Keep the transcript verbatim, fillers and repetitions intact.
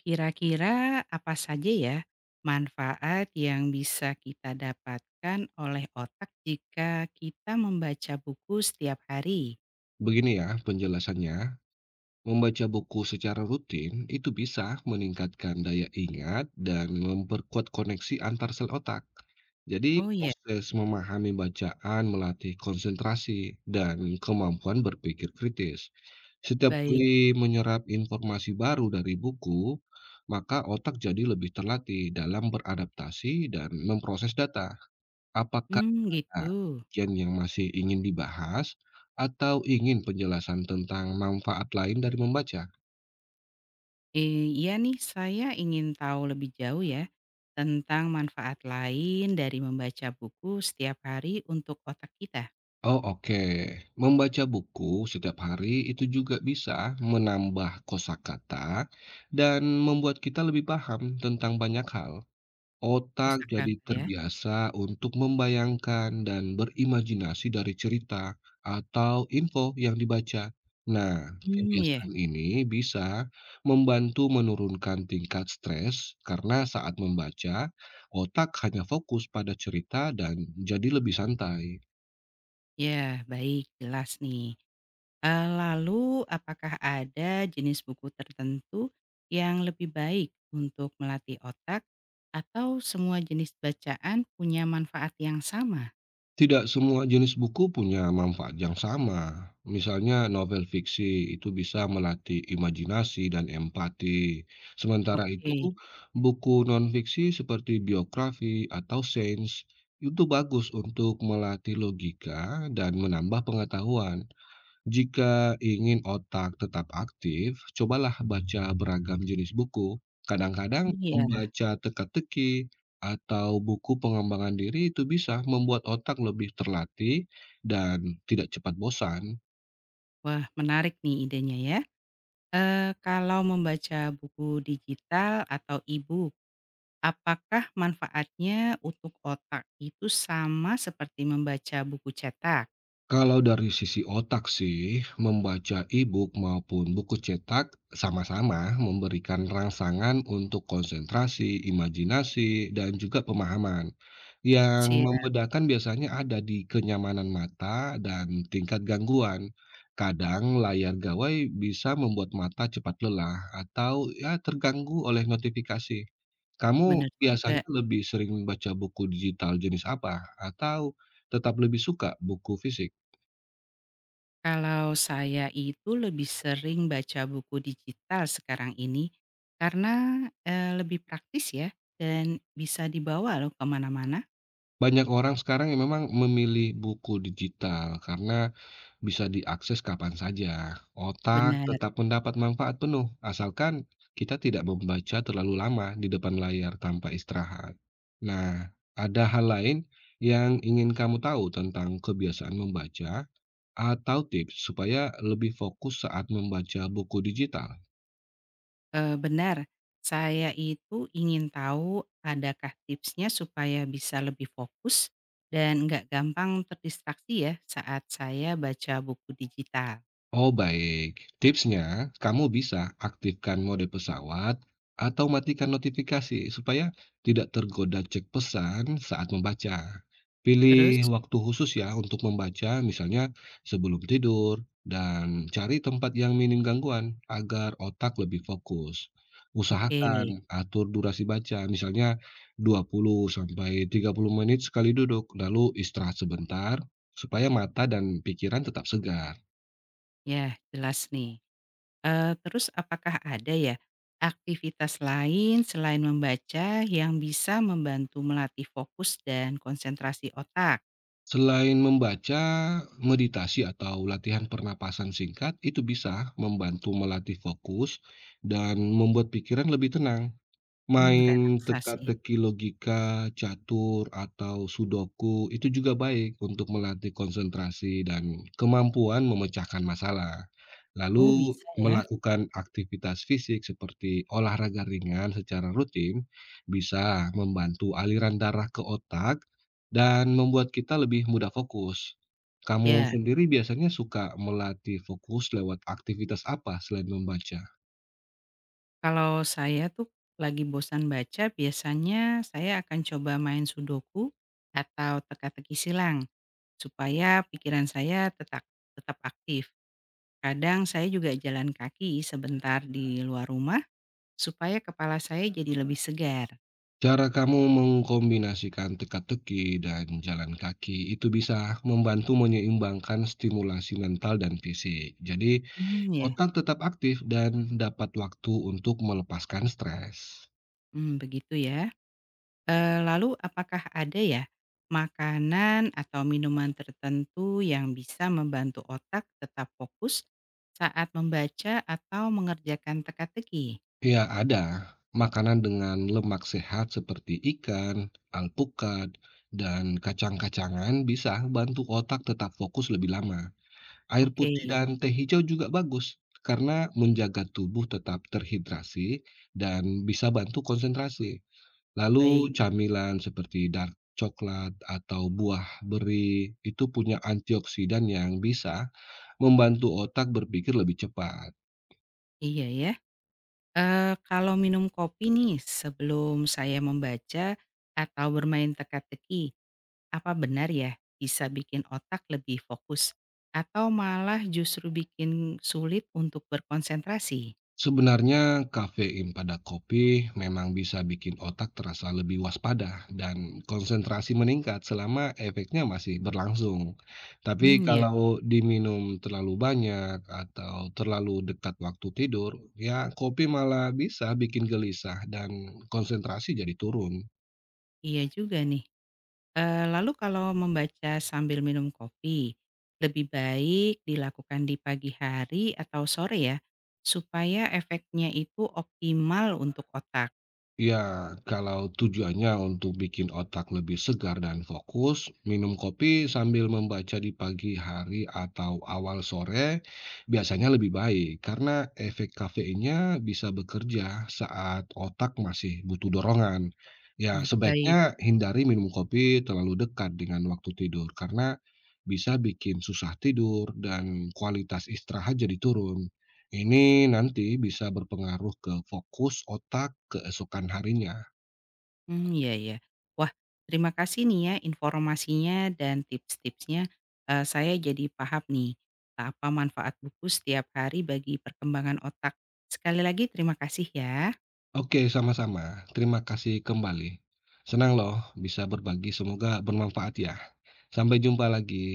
Kira-kira apa saja ya manfaat yang bisa kita dapatkan oleh otak jika kita membaca buku setiap hari? Begini ya penjelasannya, membaca buku secara rutin itu bisa meningkatkan daya ingat dan memperkuat koneksi antar sel otak. Jadi Oh ya, proses memahami bacaan melatih konsentrasi dan kemampuan berpikir kritis. Setiap baik. kali menyerap informasi baru dari buku, maka otak jadi lebih terlatih dalam beradaptasi dan memproses data. Apakah Hmm, Nah, gitu. bagian yang masih ingin dibahas atau ingin penjelasan tentang manfaat lain dari membaca? Eee, iya nih, saya ingin tahu lebih jauh ya tentang manfaat lain dari membaca buku setiap hari untuk otak kita. Oh, oke. Membaca buku setiap hari itu juga bisa menambah kosakata dan membuat kita lebih paham tentang banyak hal. Otak jadi Kosakata ya? terbiasa untuk membayangkan dan berimajinasi dari cerita atau info yang dibaca. Nah, Hmm, ya. kebiasaan ini bisa membantu menurunkan tingkat stres karena saat membaca, otak hanya fokus pada cerita dan jadi lebih santai. Ya, baik, jelas nih. Eee, lalu apakah ada jenis buku tertentu yang lebih baik untuk melatih otak atau semua jenis bacaan punya manfaat yang sama? Tidak semua jenis buku punya manfaat yang sama. Misalnya novel fiksi itu bisa melatih imajinasi dan empati. Sementara itu, Oke, buku non-fiksi seperti biografi atau sains itu bagus untuk melatih logika dan menambah pengetahuan. Jika ingin otak tetap aktif, cobalah baca beragam jenis buku. Kadang-kadang iya. membaca teka-teki atau buku pengembangan diri itu bisa membuat otak lebih terlatih dan tidak cepat bosan. Wah, menarik nih idenya ya. Eee, kalau membaca buku digital atau e-book, apakah manfaatnya untuk otak itu sama seperti membaca buku cetak? Kalau dari sisi otak sih, membaca e-book maupun buku cetak sama-sama memberikan rangsangan untuk konsentrasi, imajinasi, dan juga pemahaman. Yang Siap, membedakan biasanya ada di kenyamanan mata dan tingkat gangguan. Kadang layar gawai bisa membuat mata cepat lelah atau ya terganggu oleh notifikasi. Kamu benar biasanya juga. lebih sering membaca buku digital jenis apa atau tetap lebih suka buku fisik? Kalau saya itu lebih sering baca buku digital sekarang ini, karena, eee, lebih praktis ya, dan bisa dibawa loh kemana mana. Banyak orang sekarang yang memang memilih buku digital karena bisa diakses kapan saja. Otak Benar, tetap mendapat manfaat penuh, asalkan kita tidak membaca terlalu lama di depan layar tanpa istirahat. Nah, ada hal lain yang ingin kamu tahu tentang kebiasaan membaca atau tips supaya lebih fokus saat membaca buku digital? eee, benar. Saya itu ingin tahu adakah tipsnya supaya bisa lebih fokus dan nggak gampang terdistraksi ya saat saya baca buku digital. Oh, baik. Tipsnya, kamu bisa aktifkan mode pesawat atau matikan notifikasi supaya tidak tergoda cek pesan saat membaca. Pilih Terus? waktu khusus ya untuk membaca, misalnya sebelum tidur, dan cari tempat yang minim gangguan agar otak lebih fokus. Oke, Usahakan atur durasi baca, misalnya dua puluh sampai tiga puluh menit sekali duduk, lalu istirahat sebentar supaya mata dan pikiran tetap segar. ya jelas nih. Eee, terus apakah ada ya, aktivitas lain selain membaca yang bisa membantu melatih fokus dan konsentrasi otak? Selain membaca, meditasi atau latihan pernapasan singkat itu bisa membantu melatih fokus dan membuat pikiran lebih tenang. Mmm, Main relaksasi. teka-teki logika, catur, atau sudoku itu juga baik untuk melatih konsentrasi dan kemampuan memecahkan masalah. Oh Lalu bisa ya? melakukan aktivitas fisik seperti olahraga ringan secara rutin bisa membantu aliran darah ke otak dan membuat kita lebih mudah fokus. Kamu Ya, sendiri biasanya suka melatih fokus lewat aktivitas apa selain membaca? kalau saya tuh lagi bosan baca, biasanya saya akan coba main sudoku atau teka-teki silang, supaya pikiran saya tetak tetap aktif. Kadang saya juga jalan kaki sebentar di luar rumah, supaya kepala saya jadi lebih segar. Cara kamu mengkombinasikan teka-teki dan jalan kaki itu bisa membantu menyeimbangkan stimulasi mental dan fisik. Jadi, Mmm, ya. otak tetap aktif dan dapat waktu untuk melepaskan stres. Mmm, begitu ya. Eee, lalu apakah ada ya, makanan atau minuman tertentu yang bisa membantu otak tetap fokus saat membaca atau mengerjakan teka-teki? Ya, ada makanan dengan lemak sehat seperti ikan, alpukat, dan kacang-kacangan bisa bantu otak tetap fokus lebih lama. Air Oke, putih dan teh hijau juga bagus karena menjaga tubuh tetap terhidrasi dan bisa bantu konsentrasi. Lalu baik. camilan seperti dark coklat atau buah beri itu punya antioksidan yang bisa membantu otak berpikir lebih cepat. Iya ya. Eee, kalau minum kopi nih sebelum saya membaca atau bermain teka-teki, apa benar ya bisa bikin otak lebih fokus? Atau malah justru bikin sulit untuk berkonsentrasi? Sebenarnya kafein pada kopi memang bisa bikin otak terasa lebih waspada dan konsentrasi meningkat selama efeknya masih berlangsung. Tapi Hmm, ya. kalau diminum terlalu banyak atau terlalu dekat waktu tidur, ya kopi malah bisa bikin gelisah dan konsentrasi jadi turun. Iya juga nih. Eee, lalu kalau membaca sambil minum kopi, lebih baik dilakukan di pagi hari atau sore ya, supaya efeknya itu optimal untuk otak? Ya, kalau tujuannya untuk bikin otak lebih segar dan fokus, minum kopi sambil membaca di pagi hari atau awal sore biasanya lebih baik karena efek kafeinnya bisa bekerja saat otak masih butuh dorongan. Ya, Mmm. Baik. sebaiknya hindari minum kopi terlalu dekat dengan waktu tidur karena bisa bikin susah tidur dan kualitas istirahat jadi turun. Ini nanti bisa berpengaruh ke fokus otak keesokan harinya. Hmm, iya ya. Wah, terima kasih nih ya informasinya dan tips-tipsnya, eee, saya jadi paham nih apa manfaat buku setiap hari bagi perkembangan otak. Sekali lagi terima kasih ya. Oke, sama-sama. Terima kasih kembali. Senang loh bisa berbagi, semoga bermanfaat ya. Sampai jumpa lagi.